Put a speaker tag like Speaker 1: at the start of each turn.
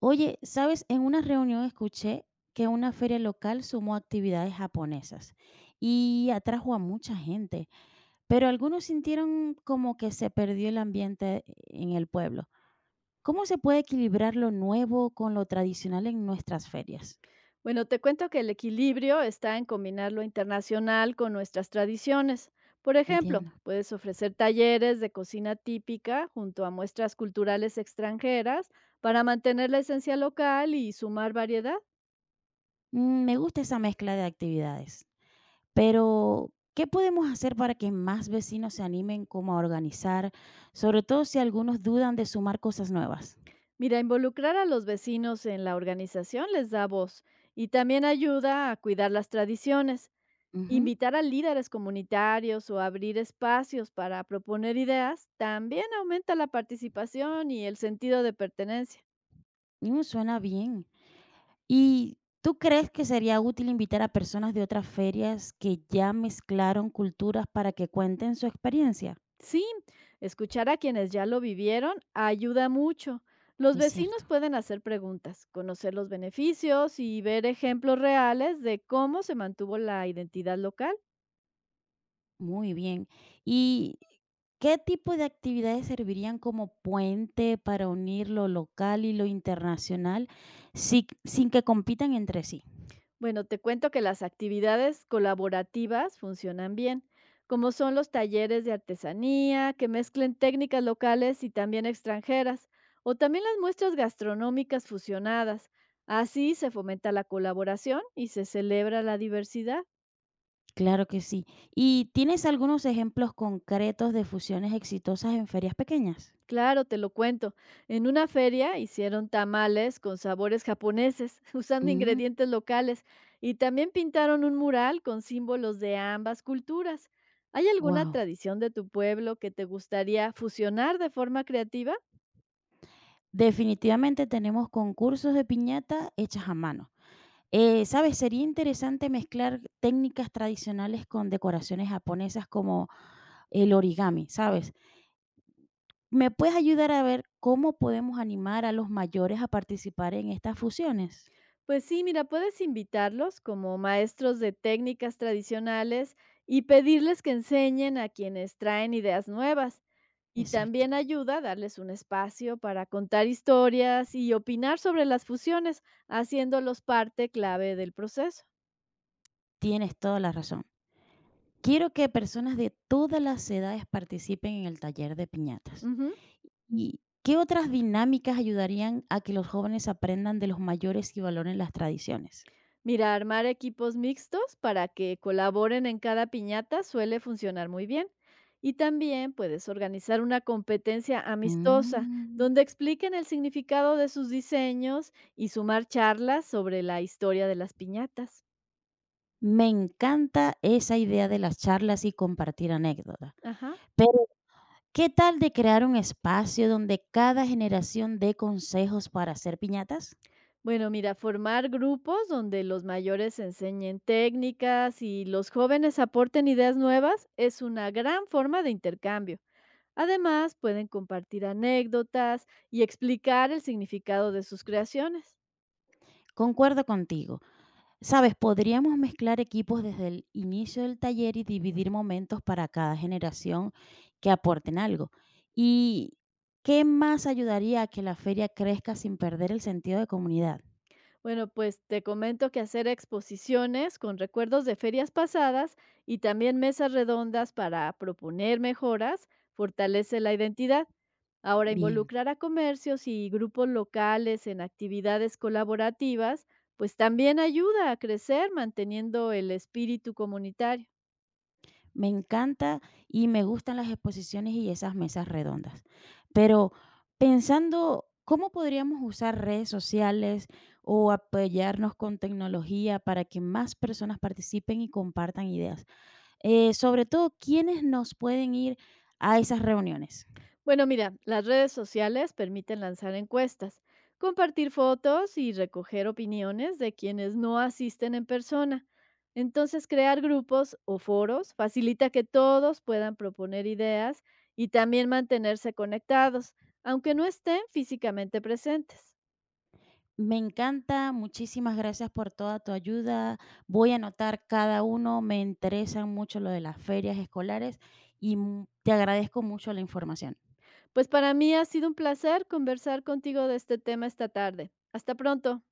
Speaker 1: Oye, ¿sabes? En una reunión escuché que una feria local sumó actividades japonesas y atrajo a mucha gente, pero algunos sintieron como que se perdió el ambiente en el pueblo. ¿Cómo se puede equilibrar lo nuevo con lo tradicional en nuestras ferias?
Speaker 2: Bueno, te cuento que el equilibrio está en combinar lo internacional con nuestras tradiciones. Por ejemplo,
Speaker 1: Entiendo.
Speaker 2: puedes ofrecer talleres de cocina típica junto a muestras culturales extranjeras para mantener la esencia local y sumar variedad.
Speaker 1: Mm, me gusta esa mezcla de actividades, pero ¿qué podemos hacer para que más vecinos se animen como a organizar, sobre todo si algunos dudan de sumar cosas nuevas?
Speaker 2: Mira, involucrar a los vecinos en la organización les da voz y también ayuda a cuidar las tradiciones.
Speaker 1: Ujú.
Speaker 2: Invitar a líderes comunitarios o abrir espacios para proponer ideas también aumenta la participación y el sentido de pertenencia.
Speaker 1: Mm, suena bien. ¿Y tú crees que sería útil invitar a personas de otras ferias que ya mezclaron culturas para que cuenten su experiencia?
Speaker 2: Sí, escuchar a quienes ya lo vivieron ayuda mucho. Los
Speaker 1: Es
Speaker 2: vecinos
Speaker 1: cierto,
Speaker 2: pueden hacer preguntas, conocer los beneficios y ver ejemplos reales de cómo se mantuvo la identidad local.
Speaker 1: muy bien. ¿Y qué tipo de actividades servirían como puente para unir lo local y lo internacional sin que compitan entre sí?
Speaker 2: Bueno, te cuento que las actividades colaborativas funcionan bien, como son los talleres de artesanía, que mezclen técnicas locales y también extranjeras, o también las muestras gastronómicas fusionadas. Así se fomenta la colaboración y se celebra la diversidad.
Speaker 1: Claro que sí. ¿Y tienes algunos ejemplos concretos de fusiones exitosas en ferias pequeñas?
Speaker 2: Claro, te lo cuento. En una feria hicieron tamales con sabores japoneses, usando ingredientes locales, y también pintaron un mural con símbolos de ambas culturas. ¿Hay alguna
Speaker 1: Wow.
Speaker 2: tradición de tu pueblo que te gustaría fusionar de forma creativa?
Speaker 1: Definitivamente tenemos concursos de piñata hechas a mano. ¿Sabes? Sería interesante mezclar técnicas tradicionales con decoraciones japonesas como el origami, ¿sabes? ¿Me puedes ayudar a ver cómo podemos animar a los mayores a participar en estas fusiones?
Speaker 2: Pues sí, mira, puedes invitarlos como maestros de técnicas tradicionales y pedirles que enseñen a quienes traen ideas nuevas. Y
Speaker 1: Exacto.
Speaker 2: también ayuda a darles un espacio para contar historias y opinar sobre las fusiones, haciéndolos parte clave del proceso.
Speaker 1: Tienes toda la razón. Quiero que personas de todas las edades participen en el taller de piñatas.
Speaker 2: Ujú.
Speaker 1: ¿Y qué otras dinámicas ayudarían a que los jóvenes aprendan de los mayores y valoren las tradiciones?
Speaker 2: Mira, armar equipos mixtos para que colaboren en cada piñata suele funcionar muy bien. Y también puedes organizar una competencia amistosa
Speaker 1: Mm.
Speaker 2: donde expliquen el significado de sus diseños y sumar charlas sobre la historia de las piñatas.
Speaker 1: Me encanta esa idea de las charlas y compartir anécdotas.
Speaker 2: Ajá.
Speaker 1: Pero, ¿qué tal de crear un espacio donde cada generación dé consejos para hacer piñatas?
Speaker 2: Bueno, mira, formar grupos donde los mayores enseñen técnicas y los jóvenes aporten ideas nuevas es una gran forma de intercambio. Además, pueden compartir anécdotas y explicar el significado de sus creaciones.
Speaker 1: Concuerdo contigo. Sabes, podríamos mezclar equipos desde el inicio del taller y dividir momentos para cada generación que aporten algo. ¿Y qué más ayudaría a que la feria crezca sin perder el sentido de comunidad?
Speaker 2: Bueno, pues te comento que hacer exposiciones con recuerdos de ferias pasadas y también mesas redondas para proponer mejoras fortalece la identidad. Ahora,
Speaker 1: Bien.
Speaker 2: involucrar a comercios y grupos locales en actividades colaborativas, pues también ayuda a crecer manteniendo el espíritu comunitario.
Speaker 1: Me encanta y me gustan las exposiciones y esas mesas redondas. Pero pensando, ¿cómo podríamos usar redes sociales o apoyarnos con tecnología para que más personas participen y compartan ideas? Sobre todo, ¿quiénes nos pueden ir a esas reuniones?
Speaker 2: Bueno, mira, las redes sociales permiten lanzar encuestas, compartir fotos y recoger opiniones de quienes no asisten en persona. Entonces, crear grupos o foros facilita que todos puedan proponer ideas y también mantenerse conectados, aunque no estén físicamente presentes.
Speaker 1: Me encanta, muchísimas gracias por toda tu ayuda. Voy a anotar cada uno, me interesan mucho lo de las ferias escolares y te agradezco mucho la información.
Speaker 2: Pues para mí ha sido un placer conversar contigo de este tema esta tarde. Hasta pronto.